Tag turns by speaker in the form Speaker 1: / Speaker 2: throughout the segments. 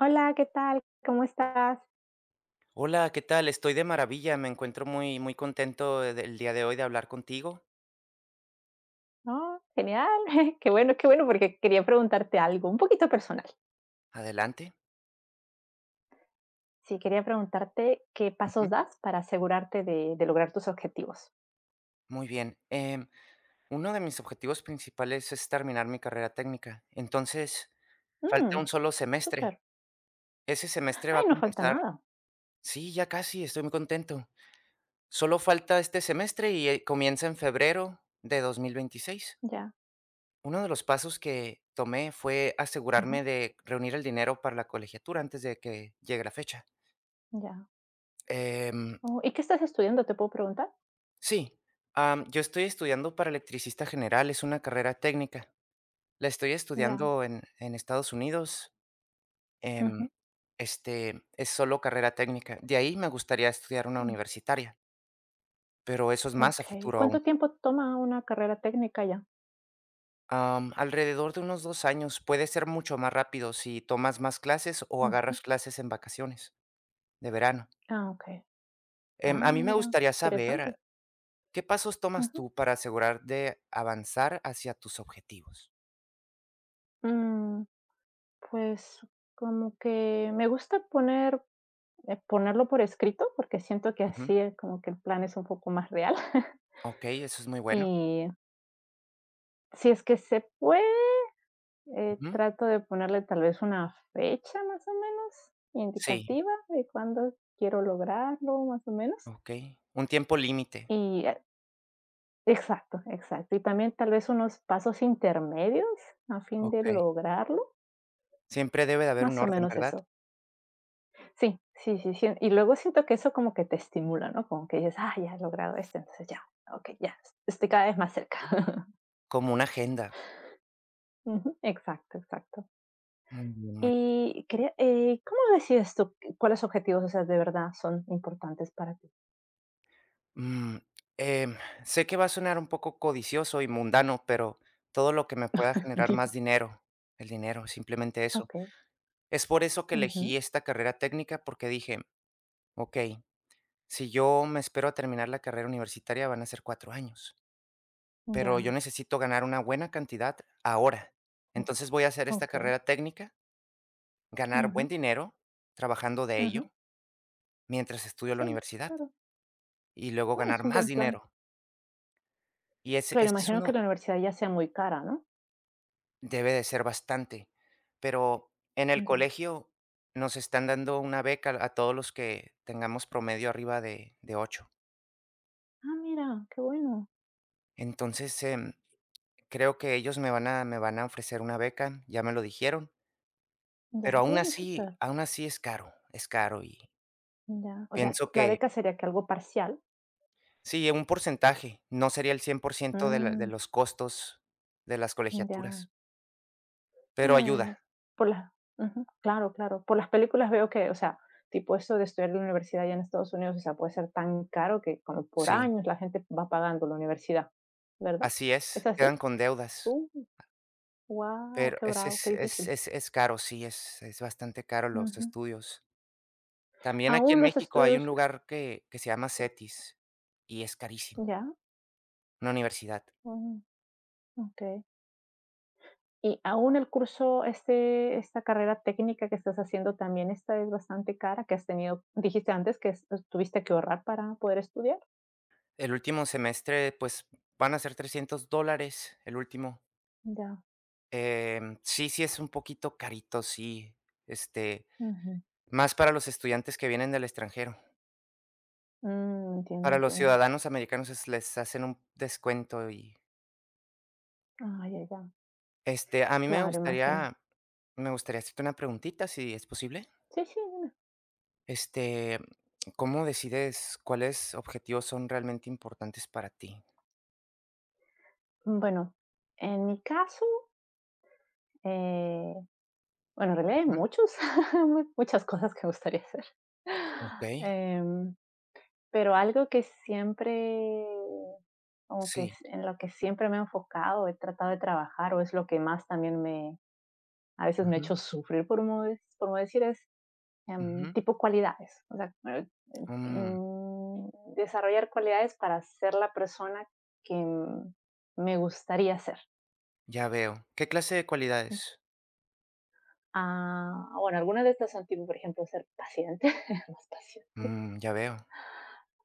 Speaker 1: Hola, ¿qué tal? ¿Cómo estás?
Speaker 2: Hola, ¿qué tal? Estoy de maravilla, me encuentro muy, muy contento del día de hoy de hablar contigo.
Speaker 1: No, genial. Qué bueno, porque quería preguntarte algo un poquito personal.
Speaker 2: Adelante.
Speaker 1: Sí, quería preguntarte qué
Speaker 2: Ujú.
Speaker 1: pasos das para asegurarte de lograr tus objetivos.
Speaker 2: Muy bien. Uno de mis objetivos principales es terminar mi carrera técnica. Entonces, falta un
Speaker 1: Mm,
Speaker 2: solo semestre.
Speaker 1: súper.
Speaker 2: Ese semestre va a
Speaker 1: Ay, no falta
Speaker 2: comenzar.
Speaker 1: nada.
Speaker 2: Sí, ya casi, estoy muy contento. Solo falta este semestre y comienza en febrero de 2026.
Speaker 1: Ya,
Speaker 2: Uno de los pasos que tomé fue
Speaker 1: ajá,
Speaker 2: asegurarme de reunir el dinero para la colegiatura antes de que llegue la fecha.
Speaker 1: ya.
Speaker 2: Em,
Speaker 1: Oh, ¿y qué estás estudiando? ¿Te puedo preguntar?
Speaker 2: Sí, yo estoy estudiando para electricista general, es una carrera técnica. La estoy
Speaker 1: Ya,
Speaker 2: estudiando en Estados Unidos. em,
Speaker 1: ujú,
Speaker 2: este, es solo carrera técnica. De ahí me gustaría estudiar una
Speaker 1: mm.
Speaker 2: universitaria, pero eso es más a
Speaker 1: Ok.
Speaker 2: futuro aún.
Speaker 1: ¿Cuánto tiempo toma una carrera técnica ya?
Speaker 2: Alrededor de unos 2 años, puede ser mucho más rápido si tomas más clases o
Speaker 1: Ujú.
Speaker 2: agarras clases en vacaciones de verano.
Speaker 1: Ah, ok. Ah,
Speaker 2: A mí me
Speaker 1: mira,
Speaker 2: gustaría
Speaker 1: interesante.
Speaker 2: saber qué pasos tomas
Speaker 1: Ujú.
Speaker 2: tú para asegurar de avanzar hacia tus objetivos.
Speaker 1: Mm, pues, como que me gusta poner ponerlo por escrito, porque siento que
Speaker 2: Ujú.
Speaker 1: así es como que el plan es un poco más real.
Speaker 2: Ok, eso es muy bueno.
Speaker 1: Y si es que se puede,
Speaker 2: Ujú.
Speaker 1: trato de ponerle tal vez una fecha más o menos
Speaker 2: Sí,
Speaker 1: indicativa de cuándo quiero lograrlo, más o menos.
Speaker 2: okey. Un tiempo límite,
Speaker 1: Y eh, exacto, exacto. Y también tal vez unos pasos intermedios a fin de
Speaker 2: okey.
Speaker 1: lograrlo,
Speaker 2: Siempre debe de haber un
Speaker 1: más o
Speaker 2: orden,
Speaker 1: menos
Speaker 2: ¿verdad?
Speaker 1: eso. Sí, sí, sí, sí. Y luego siento que eso como que te estimula, ¿no? Como que dices: "Ah, ya he logrado esto, entonces ya, okey, ya estoy cada vez más cerca".
Speaker 2: Como una agenda.
Speaker 1: Ujú, exacto, exacto.
Speaker 2: Muy bien,
Speaker 1: Y quería, ¿cómo decides tú cuáles objetivos, o sea, de verdad son importantes para ti?
Speaker 2: mm, em, sé que va a sonar un poco codicioso y mundano, pero todo lo que me pueda generar
Speaker 1: Dime.
Speaker 2: más dinero, el dinero, simplemente eso.
Speaker 1: Okey.
Speaker 2: Es por eso que
Speaker 1: Ujú.
Speaker 2: elegí esta carrera técnica, porque dije: "Okey, si yo me espero a terminar la carrera universitaria, van a ser 4 años, pero yo
Speaker 1: Ya,
Speaker 2: necesito ganar una buena cantidad ahora.
Speaker 1: oke
Speaker 2: Entonces voy a hacer esta
Speaker 1: okey.
Speaker 2: carrera técnica". Ganar buen
Speaker 1: Ujú,
Speaker 2: dinero trabajando de
Speaker 1: ujú.
Speaker 2: ello mientras estudio en la
Speaker 1: Sí,
Speaker 2: universidad
Speaker 1: claro.
Speaker 2: y luego
Speaker 1: No,
Speaker 2: ganar
Speaker 1: es un
Speaker 2: más
Speaker 1: buen plan.
Speaker 2: dinero. Y ese
Speaker 1: Claro,
Speaker 2: ese es
Speaker 1: imagino que
Speaker 2: uno.
Speaker 1: la universidad ya sea muy cara, ¿no?
Speaker 2: Debe de ser bastante, pero en el
Speaker 1: Ya.
Speaker 2: colegio nos están dando una beca a todos los que tengamos promedio arriba de 8.
Speaker 1: Ah, mira, qué bueno.
Speaker 2: Entonces, creo que ellos me van a ofrecer una beca, ya me lo dijeron, pero
Speaker 1: Ya.
Speaker 2: aún así
Speaker 1: Súper.
Speaker 2: aún así es caro y
Speaker 1: Ya. O sea,
Speaker 2: pienso
Speaker 1: la
Speaker 2: que
Speaker 1: beca sería que algo parcial.
Speaker 2: sí, un porcentaje, no sería el 100% de
Speaker 1: Mm,
Speaker 2: los costos de las
Speaker 1: ya.
Speaker 2: colegiaturas, pero ayuda,
Speaker 1: Eh, por las Ujú, claro, claro. Por las películas veo que, o sea, tipo eso de estudiar en la universidad allá en Estados Unidos, o sea, puede ser tan caro que como por
Speaker 2: sí,
Speaker 1: años la gente va pagando la universidad, ¿verdad?
Speaker 2: así
Speaker 1: ¿Es
Speaker 2: es,
Speaker 1: así?
Speaker 2: quedan con deudas,
Speaker 1: Uh, wow,
Speaker 2: pero
Speaker 1: qué
Speaker 2: es
Speaker 1: bravo, qué
Speaker 2: es es
Speaker 1: difícil.
Speaker 2: es es caro, sí, es bastante caro los
Speaker 1: Ujú.
Speaker 2: estudios. También aquí
Speaker 1: Aún
Speaker 2: en
Speaker 1: los
Speaker 2: México hay un
Speaker 1: estudios
Speaker 2: lugar que se llama
Speaker 1: sí,
Speaker 2: CETIS y es carísimo,
Speaker 1: ya,
Speaker 2: una universidad.
Speaker 1: mm, okey. Y aún el curso, este esta carrera técnica que estás haciendo también esta es bastante cara, que has tenido dijiste antes que es tuviste que ahorrar para poder estudiar.
Speaker 2: El último semestre, pues, van a ser $300 el último.
Speaker 1: Ya,
Speaker 2: Sí, sí es un poquito carito, sí, este,
Speaker 1: ujú.
Speaker 2: más para los estudiantes que vienen del extranjero.
Speaker 1: Mm, entiendo,
Speaker 2: Para los
Speaker 1: entiendo.
Speaker 2: ciudadanos americanos es les hacen un descuento y,
Speaker 1: Ah, ya, ya.
Speaker 2: este, a mí me
Speaker 1: Claro, imagino.
Speaker 2: gustaría me gustaría hacerte una preguntita, si es posible.
Speaker 1: Sí, sí, dime.
Speaker 2: Este, ¿cómo decides cuáles objetivos son realmente importantes para ti?
Speaker 1: Bueno, en mi caso, eh, bueno, en realidad hay
Speaker 2: Ujú.
Speaker 1: muchos, muchas cosas que me gustaría hacer.
Speaker 2: Okey.
Speaker 1: Em Pero algo que siempre, como que s
Speaker 2: Sí.
Speaker 1: en lo que siempre me he enfocado, he tratado de trabajar, o es lo que más también me a veces me ha
Speaker 2: Ujú,
Speaker 1: hecho sufrir, por no decir, es,
Speaker 2: ujú.
Speaker 1: tipo cualidades. O sea,
Speaker 2: Mm,
Speaker 1: desarrollar cualidades para ser la persona que, me gustaría ser.
Speaker 2: ya veo. ¿Qué clase de cualidades?
Speaker 1: Ah, bueno, algunas de estas son tipo, por ejemplo, ser paciente, más paciente,
Speaker 2: Ya veo,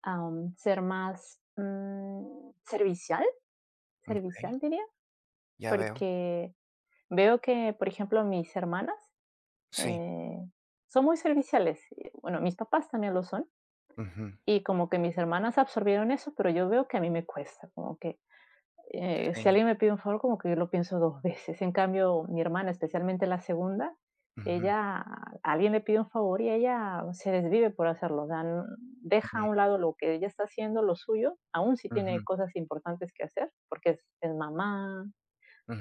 Speaker 1: ser más, servicial,
Speaker 2: okey,
Speaker 1: servicial diría.
Speaker 2: ya veo.
Speaker 1: Porque veo que, por ejemplo, mis hermanas,
Speaker 2: Sí.
Speaker 1: eh, son muy serviciales. Y, bueno, mis papás también lo son,
Speaker 2: Ujú,
Speaker 1: y como que mis hermanas absorbieron eso, pero yo veo que a mí me cuesta, como que, si
Speaker 2: sí.
Speaker 1: alguien me pide un favor, como que yo lo pienso 2 veces. En cambio, mi hermana, especialmente la segunda,
Speaker 2: Ujú,
Speaker 1: ella alguien le pide un favor y ella se desvive por hacerlo, o sea, n deja a
Speaker 2: ujú,
Speaker 1: un lado lo que ella está haciendo, lo suyo, aún si tiene
Speaker 2: ujú,
Speaker 1: cosas importantes que hacer, porque es mamá,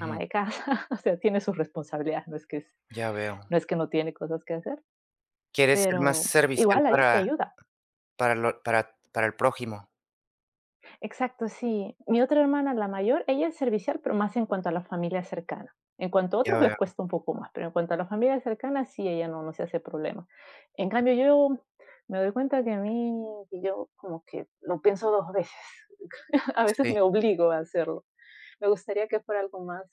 Speaker 1: ama de casa, o sea, tiene sus responsabilidades,
Speaker 2: Ya veo.
Speaker 1: no es que no tiene cosas que hacer,
Speaker 2: Quieres ser más
Speaker 1: pero
Speaker 2: servicial
Speaker 1: igual ahí te ayuda.
Speaker 2: para lo para el prójimo,
Speaker 1: Exacto, sí. Mi otra hermana, la mayor, ella es servicial, pero más en cuanto a la familia cercana. En cuanto a
Speaker 2: ya
Speaker 1: otros les
Speaker 2: veo.
Speaker 1: cuesta un poco más, pero en cuanto a la familia cercana, sí, ella no, no se hace problema. En cambio, yo me doy cuenta que yo como que lo pienso dos veces. A veces
Speaker 2: Sí,
Speaker 1: me obligo a hacerlo. Me gustaría que fuera algo más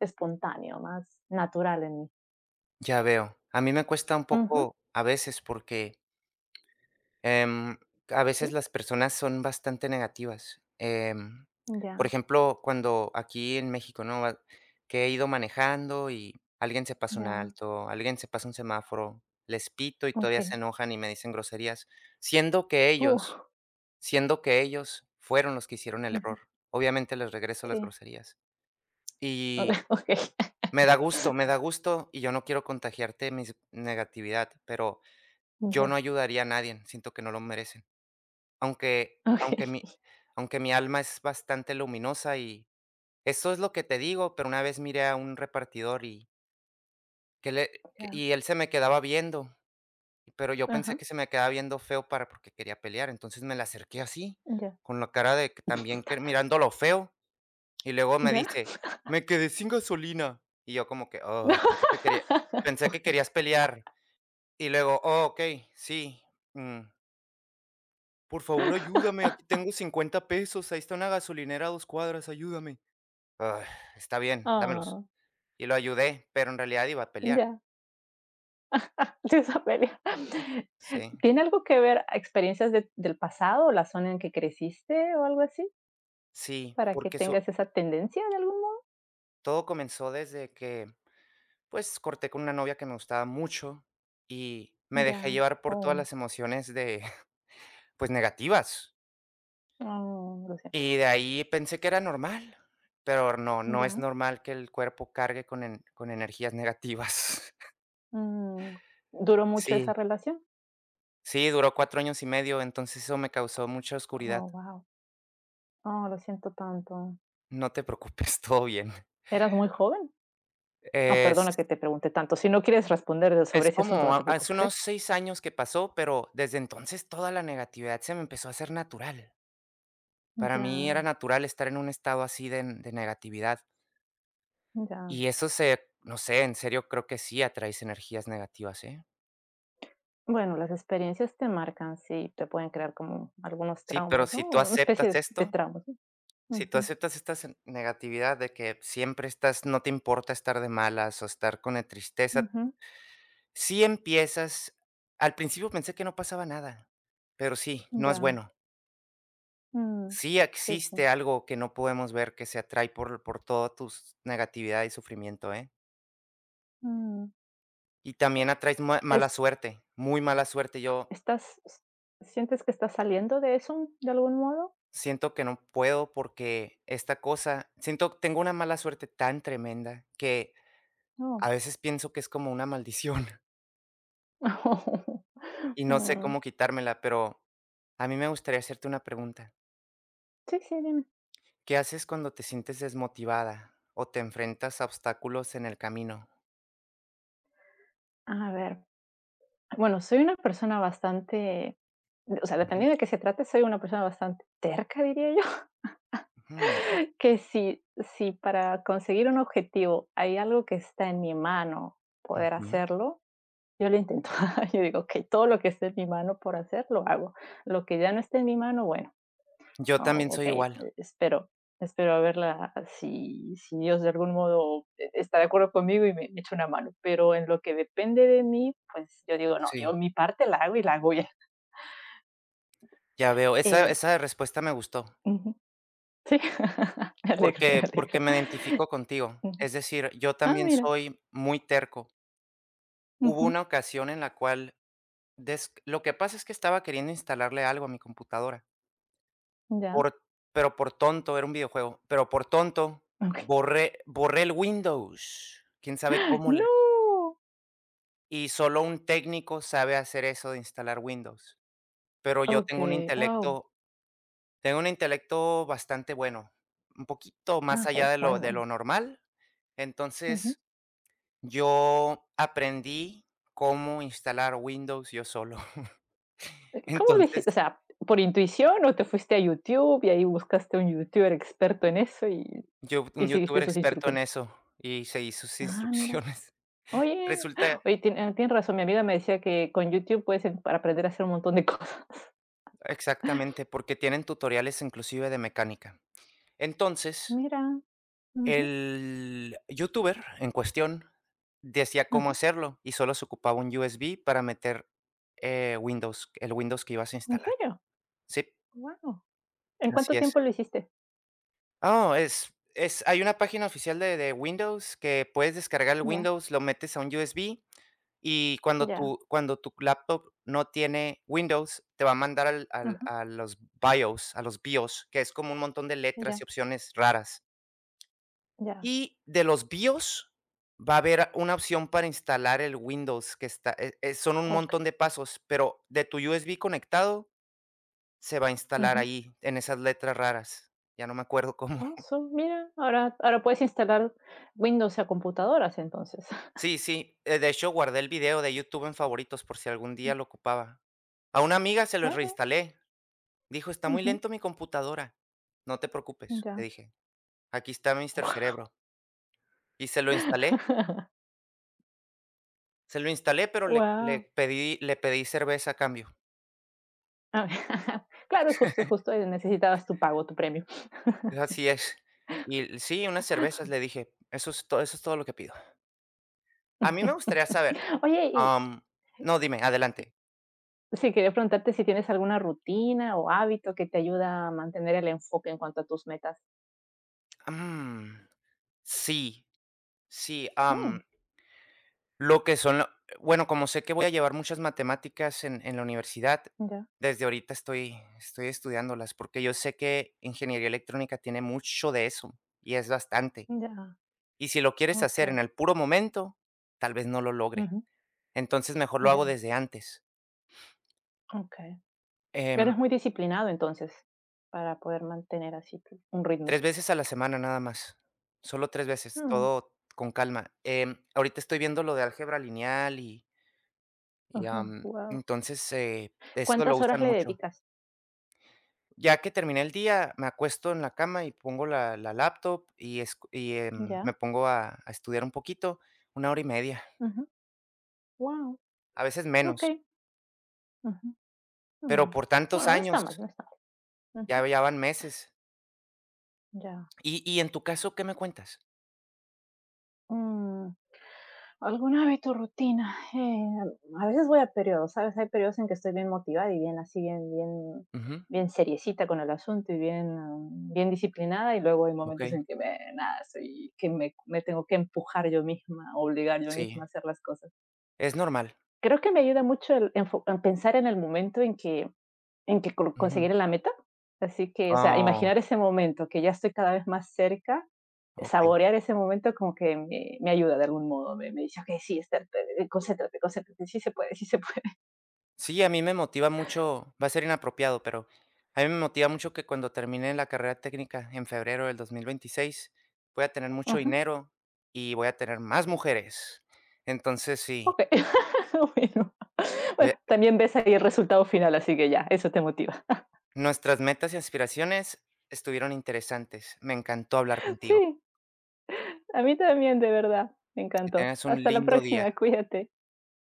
Speaker 1: espontáneo, más natural en mí.
Speaker 2: ya veo. A mí me cuesta un
Speaker 1: Ujú,
Speaker 2: poco a veces porque, em, a veces
Speaker 1: sí,
Speaker 2: las personas son bastante negativas. Por
Speaker 1: ya.
Speaker 2: ejemplo, cuando aquí en México, ¿no? Va Que he ido manejando y alguien se pasa un
Speaker 1: Ya,
Speaker 2: alto, alguien se pasa un semáforo, les pito y todavía se
Speaker 1: okey.
Speaker 2: enojan y me dicen groserías, siendo que
Speaker 1: Uf,
Speaker 2: ellos fueron los que hicieron el
Speaker 1: ujú,
Speaker 2: error. Obviamente les regreso las
Speaker 1: sí.
Speaker 2: groserías. Y
Speaker 1: Okey.
Speaker 2: Me da gusto y yo no quiero contagiarte mi negatividad, pero yo no
Speaker 1: Ya,
Speaker 2: ayudaría a nadie, siento que no lo merecen. Aunque aunque mi
Speaker 1: okey.
Speaker 2: aunque mi alma es bastante luminosa y eso es lo que te digo, pero una vez miré a un repartidor que le
Speaker 1: Ya,
Speaker 2: y él se me quedaba viendo, pero yo pensé
Speaker 1: ajá,
Speaker 2: que se me quedaba viendo feo para porque quería pelear, entonces me le acerqué así,
Speaker 1: ya,
Speaker 2: con la cara de que también que mirando lo feo. Y luego me
Speaker 1: ya.
Speaker 2: dice: "Me quedé sin gasolina". Y yo como que: "Ay, pensé que
Speaker 1: Okey.
Speaker 2: querías pelear". Y luego: "Oh, okey, sí, mm, por favor, ayúdame, aquí tengo 50 pesos, ahí está una gasolinera a 2 cuadras, ayúdame". "Ay, está bien, dámelos".
Speaker 1: Ah,
Speaker 2: Y lo ayudé, pero en realidad iba a pelear.
Speaker 1: ya. Sí, esa pelea
Speaker 2: Sí,
Speaker 1: ¿tiene algo que ver a experiencias de del pasado, o la zona en que creciste o algo así,
Speaker 2: sí,
Speaker 1: para que
Speaker 2: porque su
Speaker 1: tengas esa tendencia de algún modo?
Speaker 2: todo comenzó desde que, pues, corté con una novia que me gustaba mucho y me dejé
Speaker 1: Ya.
Speaker 2: llevar por todas
Speaker 1: Oh,
Speaker 2: las emociones de, pues, negativas.
Speaker 1: oh, lo siento.
Speaker 2: Y de ahí pensé que era normal, pero no, no es
Speaker 1: Ya.
Speaker 2: normal que el cuerpo cargue con en con energías negativas.
Speaker 1: Mm, ¿duró mucho esa
Speaker 2: Sí,
Speaker 1: relación?
Speaker 2: sí, duró 4 años y medio, entonces eso me causó mucha oscuridad.
Speaker 1: Oh, wow. Oh, lo siento tanto.
Speaker 2: No te preocupes, todo bien.
Speaker 1: ¿Eras muy joven? No,
Speaker 2: Es
Speaker 1: perdona que te pregunte tanto. Si no quieres responder sobre
Speaker 2: es
Speaker 1: ese asunto,
Speaker 2: como
Speaker 1: no
Speaker 2: ha
Speaker 1: te
Speaker 2: Hace
Speaker 1: preocupes, ¿eh?
Speaker 2: unos 6 años que pasó, pero desde entonces toda la negatividad se me empezó a hacer natural. Para
Speaker 1: Ya,
Speaker 2: mí era natural estar en un estado así de negatividad,
Speaker 1: ya.
Speaker 2: y eso se no sé, en serio creo que sí atraes energías negativas, ¿eh?
Speaker 1: Bueno, las experiencias te marcan, sí, te pueden crear como algunos
Speaker 2: Sí, pero
Speaker 1: traumas, ¿no?
Speaker 2: si tú
Speaker 1: Una
Speaker 2: aceptas
Speaker 1: especie de
Speaker 2: esto.
Speaker 1: traumas, ¿no?
Speaker 2: Si tú
Speaker 1: Ujú,
Speaker 2: aceptas esta sen negatividad, de que siempre estás no te importa estar de malas o estar con la tristeza,
Speaker 1: ujú.
Speaker 2: sí empiezas al principio pensé que no pasaba nada, pero sí, no es
Speaker 1: Ya.
Speaker 2: bueno.
Speaker 1: Mm.
Speaker 2: Sí
Speaker 1: Sí, sí.
Speaker 2: existe algo que no podemos ver que se atrae por toda tus negatividad y sufrimiento, ¿eh?
Speaker 1: Mm.
Speaker 2: Y también atraes ma mala
Speaker 1: Es-
Speaker 2: suerte, muy mala suerte. Yo
Speaker 1: ¿Estás, s- Sientes que estás saliendo de eso de algún modo?
Speaker 2: siento que no puedo porque esta cosa siento tengo una mala suerte tan tremenda que a
Speaker 1: No.
Speaker 2: veces pienso que es como una maldición. Y no sé
Speaker 1: Mm.
Speaker 2: cómo quitármela, pero a mí me gustaría hacerte una pregunta.
Speaker 1: Sí, sí, dime.
Speaker 2: ¿Qué haces cuando te sientes desmotivada o te enfrentas a obstáculos en el camino?
Speaker 1: A ver. Bueno, soy una persona bastante, o sea,
Speaker 2: Ujú,
Speaker 1: dependiendo de qué se trate, soy una persona bastante terca, diría yo,
Speaker 2: ujú,
Speaker 1: que si, si para conseguir un objetivo hay algo que está en mi mano poder
Speaker 2: ujú.
Speaker 1: hacerlo, yo lo intento. Yo digo, ok, todo lo que esté en mi mano por hacer, lo hago. Lo que ya no esté en mi mano, bueno,
Speaker 2: Yo también
Speaker 1: ok,
Speaker 2: soy igual,
Speaker 1: espero. Espero a verla si, si Dios de algún modo está de acuerdo conmigo y me echa una mano. Pero en lo que depende de mí, pues yo digo, no, yo
Speaker 2: sí,
Speaker 1: mi parte la hago y la hago.
Speaker 2: ya veo.
Speaker 1: Eh,
Speaker 2: Esa respuesta me gustó,
Speaker 1: Ujú, sí, me alegro, me
Speaker 2: porque
Speaker 1: alegro.
Speaker 2: me identifico contigo.
Speaker 1: Ujú.
Speaker 2: Es decir, yo
Speaker 1: Ah,
Speaker 2: también
Speaker 1: mira,
Speaker 2: soy muy terco. Hubo
Speaker 1: ujú,
Speaker 2: una ocasión en la cual des lo que pasa es que estaba queriendo instalarle algo a mi computadora.
Speaker 1: ya,
Speaker 2: Por Pero por tonto, era un videojuego, pero por tonto
Speaker 1: okey.
Speaker 2: borré el Windows, quién sabe cómo le,
Speaker 1: No,
Speaker 2: y solo un técnico sabe hacer eso de instalar Windows, pero yo
Speaker 1: okey, oh,
Speaker 2: tengo un intelecto bastante bueno, un poquito
Speaker 1: ah,
Speaker 2: más allá
Speaker 1: okey,
Speaker 2: de
Speaker 1: bueno,
Speaker 2: lo de
Speaker 1: bueno,
Speaker 2: lo normal,
Speaker 1: ujú.
Speaker 2: entonces yo aprendí cómo instalar Windows yo solo.
Speaker 1: ¿Cómo lo
Speaker 2: Entonces,
Speaker 1: hiciste? O sea, ¿por intuición o te fuiste a YouTube y ahí buscaste un youtuber experto en eso
Speaker 2: yo
Speaker 1: y
Speaker 2: un
Speaker 1: seguiste
Speaker 2: youtuber
Speaker 1: sus
Speaker 2: experto en
Speaker 1: instrucciones?
Speaker 2: eso y seguí sus
Speaker 1: Ah, mira.
Speaker 2: instrucciones.
Speaker 1: Oye,
Speaker 2: Resulta
Speaker 1: oye, tienes razón, mi amiga me decía que con YouTube puedes para aprender a hacer un montón de cosas.
Speaker 2: Exactamente, porque tienen tutoriales inclusive de mecánica. Entonces,
Speaker 1: Mira, ujú,
Speaker 2: el youtuber en cuestión decía cómo
Speaker 1: ujú,
Speaker 2: hacerlo y solo se ocupaba un USB para meter, Windows, el Windows que ibas a
Speaker 1: ¿en
Speaker 2: instalar.
Speaker 1: serio?
Speaker 2: Sí,
Speaker 1: Guau. ¿En cuánto
Speaker 2: así es.
Speaker 1: tiempo lo hiciste?
Speaker 2: Oh, es hay una página oficial de Windows, que puedes descargar el
Speaker 1: Ya.
Speaker 2: Windows, lo metes a un USB. Y cuando
Speaker 1: Ya,
Speaker 2: tu laptop no tiene Windows, te va a mandar al al
Speaker 1: ujú,
Speaker 2: a los BIOS, que es como un montón de letras
Speaker 1: ya,
Speaker 2: y opciones raras.
Speaker 1: ya,
Speaker 2: Y de los BIOS va a haber una opción para instalar el Windows que está son un
Speaker 1: okey,
Speaker 2: montón de pasos, pero de tu USB conectado, se va a instalar
Speaker 1: ujú.
Speaker 2: ahí, en esas letras raras. Ya no me acuerdo cómo.
Speaker 1: Ah, sí, mira, ahora puedes instalar Windows a computadoras, entonces.
Speaker 2: Sí, sí, de hecho, guardé el video de YouTube en favoritos por si algún día lo ocupaba. A una amiga se lo
Speaker 1: Claro.
Speaker 2: reinstalé. Dijo: "Está muy
Speaker 1: Ujú,
Speaker 2: lento mi computadora". "No te preocupes", le
Speaker 1: ya.
Speaker 2: dije, "aquí está Mister Cerebro". Y se lo instalé, pero
Speaker 1: Wow.
Speaker 2: le pedí cerveza a cambio.
Speaker 1: Claro, es justo, necesitabas tu pago, tu premio.
Speaker 2: Así es. Y sí, unas cervezas, le dije, eso es todo lo que pido. A mí me gustaría saber,
Speaker 1: Oye, y
Speaker 2: am, no, dime, adelante.
Speaker 1: sí, quería preguntarte si tienes alguna rutina o hábito que te ayuda a mantener el enfoque en cuanto a tus metas.
Speaker 2: Mm, sí, sí, am
Speaker 1: Mm,
Speaker 2: Lo que son lo bueno, como sé que voy a llevar muchas matemáticas en la universidad,
Speaker 1: ya,
Speaker 2: desde ahorita estoy estudiándolas, porque yo sé que ingeniería electrónica tiene mucho de eso, y es bastante.
Speaker 1: ya,
Speaker 2: Y si lo quieres hacer
Speaker 1: okey,
Speaker 2: en el puro momento, tal vez no lo logre.
Speaker 1: ujú,
Speaker 2: Entonces, mejor lo hago
Speaker 1: ya,
Speaker 2: desde antes.
Speaker 1: okey.
Speaker 2: Em,
Speaker 1: Eres muy disciplinado entonces, para poder mantener así tu un ritmo.
Speaker 2: 3 veces a la semana nada más, solo 3 veces,
Speaker 1: Mm,
Speaker 2: todo con calma. Ahorita estoy viendo lo de álgebra lineal y y,
Speaker 1: ujú,
Speaker 2: am,
Speaker 1: guau.
Speaker 2: entonces, eso lo
Speaker 1: ¿Cuántas horas
Speaker 2: usan
Speaker 1: le
Speaker 2: mucho.
Speaker 1: dedicas?
Speaker 2: Ya que terminé el día, me acuesto en la cama y pongo la laptop y
Speaker 1: Ya,
Speaker 2: me pongo a estudiar un poquito, una hora y media,
Speaker 1: ujú. Guau,
Speaker 2: a veces menos,
Speaker 1: okey. Ujú,
Speaker 2: pero
Speaker 1: mm.
Speaker 2: por tantos
Speaker 1: Bueno, no está
Speaker 2: años,
Speaker 1: mal, no está mal. Ujú.
Speaker 2: ya van meses.
Speaker 1: Ya.
Speaker 2: Y en tu caso, ¿qué me cuentas?
Speaker 1: Mm. Algún hábito, rutina, a veces voy a periodos, ¿sabes? Hay periodos en que estoy bien motivada y bien así, bien
Speaker 2: Ujú,
Speaker 1: bien seriecita con el asunto y bien mm, bien disciplinada, y luego hay momentos
Speaker 2: okey,
Speaker 1: en que me nada, soy que me tengo que empujar yo misma, obligar yo misma a
Speaker 2: sí,
Speaker 1: hacer las cosas.
Speaker 2: es normal.
Speaker 1: Creo que me ayuda mucho el pensar en el momento en que
Speaker 2: Ujú.
Speaker 1: conseguiré la meta. Así que, o sea,
Speaker 2: Oh,
Speaker 1: imaginar ese momento, que ya estoy cada vez más cerca,
Speaker 2: okey.
Speaker 1: saborear ese momento como que me ayuda de algún modo. Me dice, ok, sí, Esther, concéntrate, concéntrate, sí se puede, sí se puede.
Speaker 2: Sí, a mí me motiva mucho, va a ser inapropiado, pero a mí me motiva mucho que cuando termine la carrera técnica en febrero del 2026, voy a tener mucho
Speaker 1: Ajá,
Speaker 2: dinero y voy a tener más mujeres. Entonces, sí,
Speaker 1: ok, bueno.
Speaker 2: voy
Speaker 1: Bueno,
Speaker 2: a-
Speaker 1: también ves ahí el resultado final, así que ya, eso te motiva.
Speaker 2: nuestras metas y aspiraciones estuvieron interesantes. Me encantó hablar contigo.
Speaker 1: Sí, a mí también, de verdad, me
Speaker 2: Que
Speaker 1: encantó.
Speaker 2: tengas un
Speaker 1: Hasta la
Speaker 2: lindo día.
Speaker 1: próxima, cuídate.